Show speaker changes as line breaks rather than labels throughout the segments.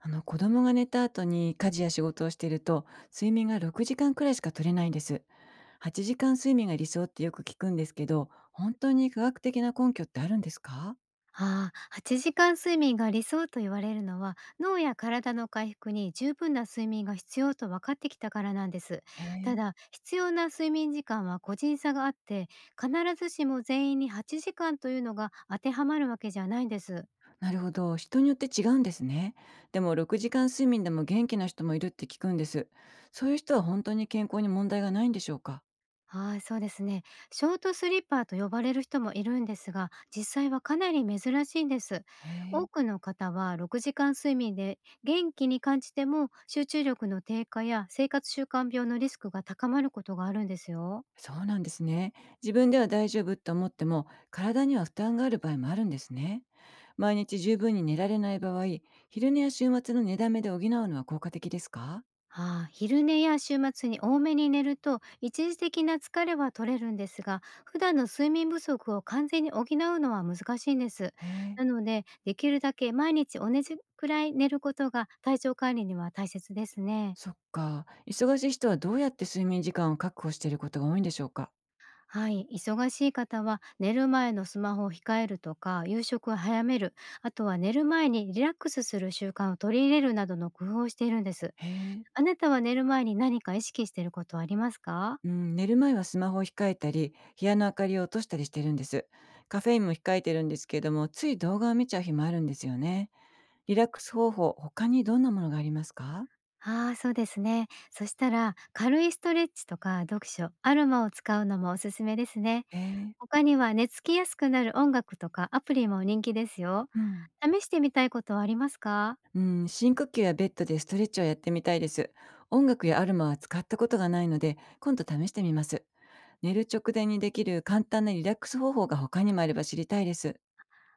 あの子供が寝た後に家事や仕事をしていると睡眠が6時間くらいしか取れないんです。8時間睡眠が理想ってよく聞くんですけど、本当に科学的な根拠ってあるんですか？
ああ、8時間睡眠が理想と言われるのは脳や体の回復に十分な睡眠が必要と分かってきたからなんです。
へ
た
え。
だ、必要な睡眠時間は個人差があって、必ずしも全員に8時間というのが当てはまるわけじゃないんです。
なるほど。人によって違うんですね。でも6時間睡眠でも元気な人もいるって聞くんです。そういう人は本当に健康に問題がないんでしょうか？
はい、そうですね。ショートスリッパーと呼ばれる人もいるんですが、実際はかなり珍しいんです。
へえ、
多くの方は6時間睡眠で元気に感じても、集中力の低下や生活習慣病のリスクが高まることがあるんですよ。
そうなんですね。自分では大丈夫と思っても体には負担がある場合もあるんですね。毎日十分に寝られない場合、昼寝や週末の寝だめで補うのは効果的ですか？
ああ、昼寝や週末に多めに寝ると一時的な疲れは取れるんですが、普段の睡眠不足を完全に補うのは難しいんです。
へえ。
なので、できるだけ毎日同じくらい寝ることが体調管理には大切ですね。
そっか。忙しい人はどうやって睡眠時間を確保していることが多いんでしょうか？
はい、忙しい方は寝る前のスマホを控えるとか、夕食を早める、あとは寝る前にリラックスする習慣を取り入れるなどの工夫をしているんです。
へえ。
あなたは寝る前に何か意識していることはありますか？
うん、寝る前はスマホを控えたり、部屋の明かりを落としたりしてるんです。カフェインも控えてるんですけれども、つい動画を見ちゃう日もあるんですよね。リラックス方法、他にどんなものがありますか？
ああ、そうですね。そしたら、軽いストレッチとか読書、アロマを使うのもおすすめですね。
へえ。
他には寝つきやすくなる音楽とかアプリも人気ですよ。
うん。
試してみたいことはありますか？
うん、深呼吸やベッドでストレッチをやってみたいです。音楽やアルマは使ったことがないので、今度試してみます。寝る直前にできる簡単なリラックス方法が他にもあれば知りたいです。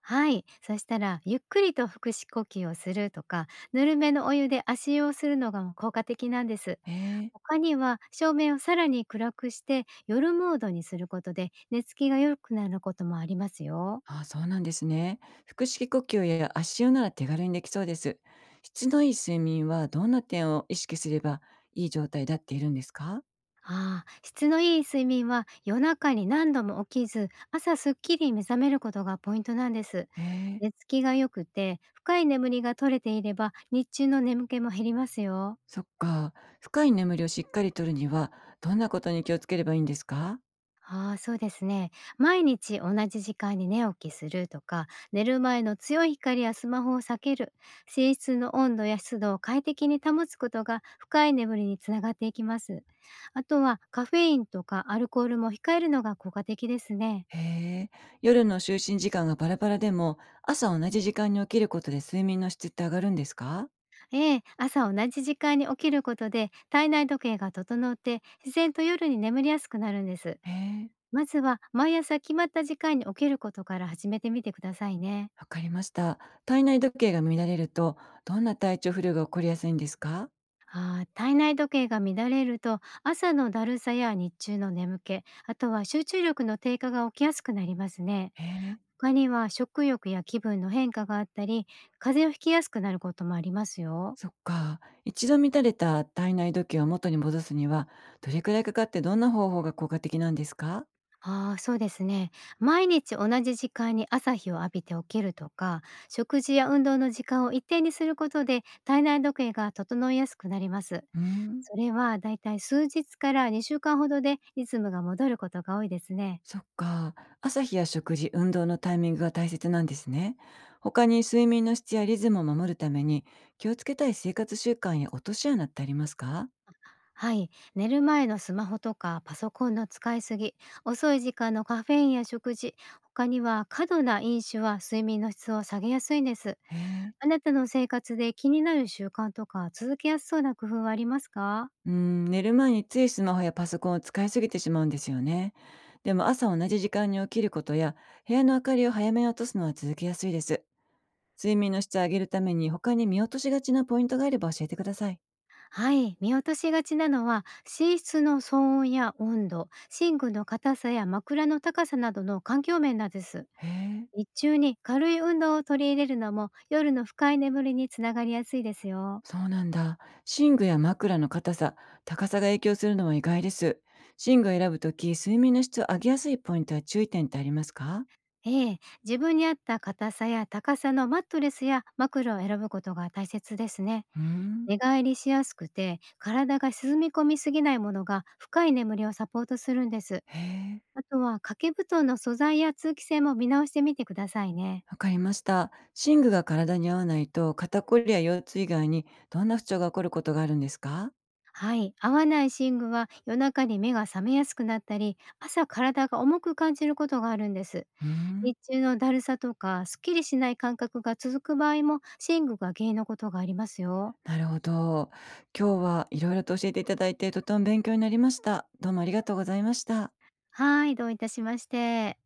はい。そしたら、ゆっくりと腹式呼吸をするとか、ぬるめのお湯で足湯をするのが効果的なんです。
へえ。
他には、照明をさらに暗くして、夜モードにすることで、寝つきが良くなることもありますよ。
ああ、そうなんですね。腹式呼吸や足湯なら手軽にできそうです。質のいい睡眠はどんな点を意識すればいい状態だっているんですか？
ああ、質のいい睡眠は夜中に何度も起きず、朝すっきり目覚めることがポイントなんです。
へえ。
寝つきが良くて、深い眠りが取れていれば、日中の眠気も減りますよ。
そっか。深い眠りをしっかりとるには、どんなことに気をつければいいんですか？
ああ、そうですね。毎日同じ時間に寝起きするとか、寝る前の強い光やスマホを避ける、寝室の温度や湿度を快適に保つことが深い眠りにつながっていきます。あとはカフェインとかアルコールも控えるのが効果的ですね。
へえ。夜の就寝時間がバラバラでも、朝同じ時間に起きることで睡眠の質って上がるんですか？
ええ、朝同じ時間に起きることで体内時計が整って自然と夜に眠りやすくなるんです。
へえ。
まずは毎朝決まった時間に起きることから始めてみてくださいね。
わかりました。体内時計が乱れると、どんな体調不良が起こりやすいんですか？
ああ、体内時計が乱れると、朝のだるさや日中の眠気、あとは集中力の低下が起きやすくなりますね。
へえ。
他には食欲や気分の変化があったり、風邪をひきやすくなることもありますよ。
そっか。一度乱れた体内時計を元に戻すには、どれくらいかかってどんな方法が効果的なんですか？
ああ、そうですね。毎日同じ時間に朝日を浴びて起きるとか、食事や運動の時間を一定にすることで体内時計が整いやすくなります。
うん。
それはだいたい数日から2週間ほどでリズムが戻ることが多いですね。
そっか。朝日や食事、運動のタイミングが大切なんですね。他に睡眠の質やリズムを守るために気をつけたい生活習慣や落とし穴ってありますか？
はい。寝る前のスマホとかパソコンの使いすぎ、遅い時間のカフェインや食事、他には過度な飲酒は睡眠の質を下げやすいんです。
へえ。
あなたの生活で気になる習慣とか続けやすそうな工夫はありますか？
うん、寝る前についスマホやパソコンを使いすぎてしまうんですよね。でも朝同じ時間に起きることや部屋の明かりを早めに落とすのは続けやすいです。睡眠の質を上げるために他に見落としがちなポイントがあれば教えてください。
はい、見落としがちなのは寝室の騒音や温度、寝具の硬さや枕の高さなどの環境面なんです。
へえ。
日中に軽い運動を取り入れるのも夜の深い眠りにつながりやすいですよ。
そうなんだ。寝具や枕の硬さ、高さが影響するのは意外です。寝具を選ぶとき、睡眠の質を上げやすいポイントや注意点ってありますか？
ええ、自分に合った硬さや高さのマットレスや枕を選ぶことが大切ですね。
うーん。
寝返りしやすくて体が沈み込みすぎないものが深い眠りをサポートするんです。
へえ。
あとは掛け布団の素材や通気性も見直してみてくださいね。
わかりました。寝具が体に合わないと、肩こりや腰痛以外にどんな不調が起こることがあるんですか？
はい、合わない寝具は夜中に目が覚めやすくなったり、朝体が重く感じることがあるんです。
うーん。
日中のだるさとか、すっきりしない感覚が続く場合も、寝具が原因のことがありますよ。
なるほど。今日はいろいろと教えていただいて、とても勉強になりました。どうもありがとうございました。
はい、どういたしまして。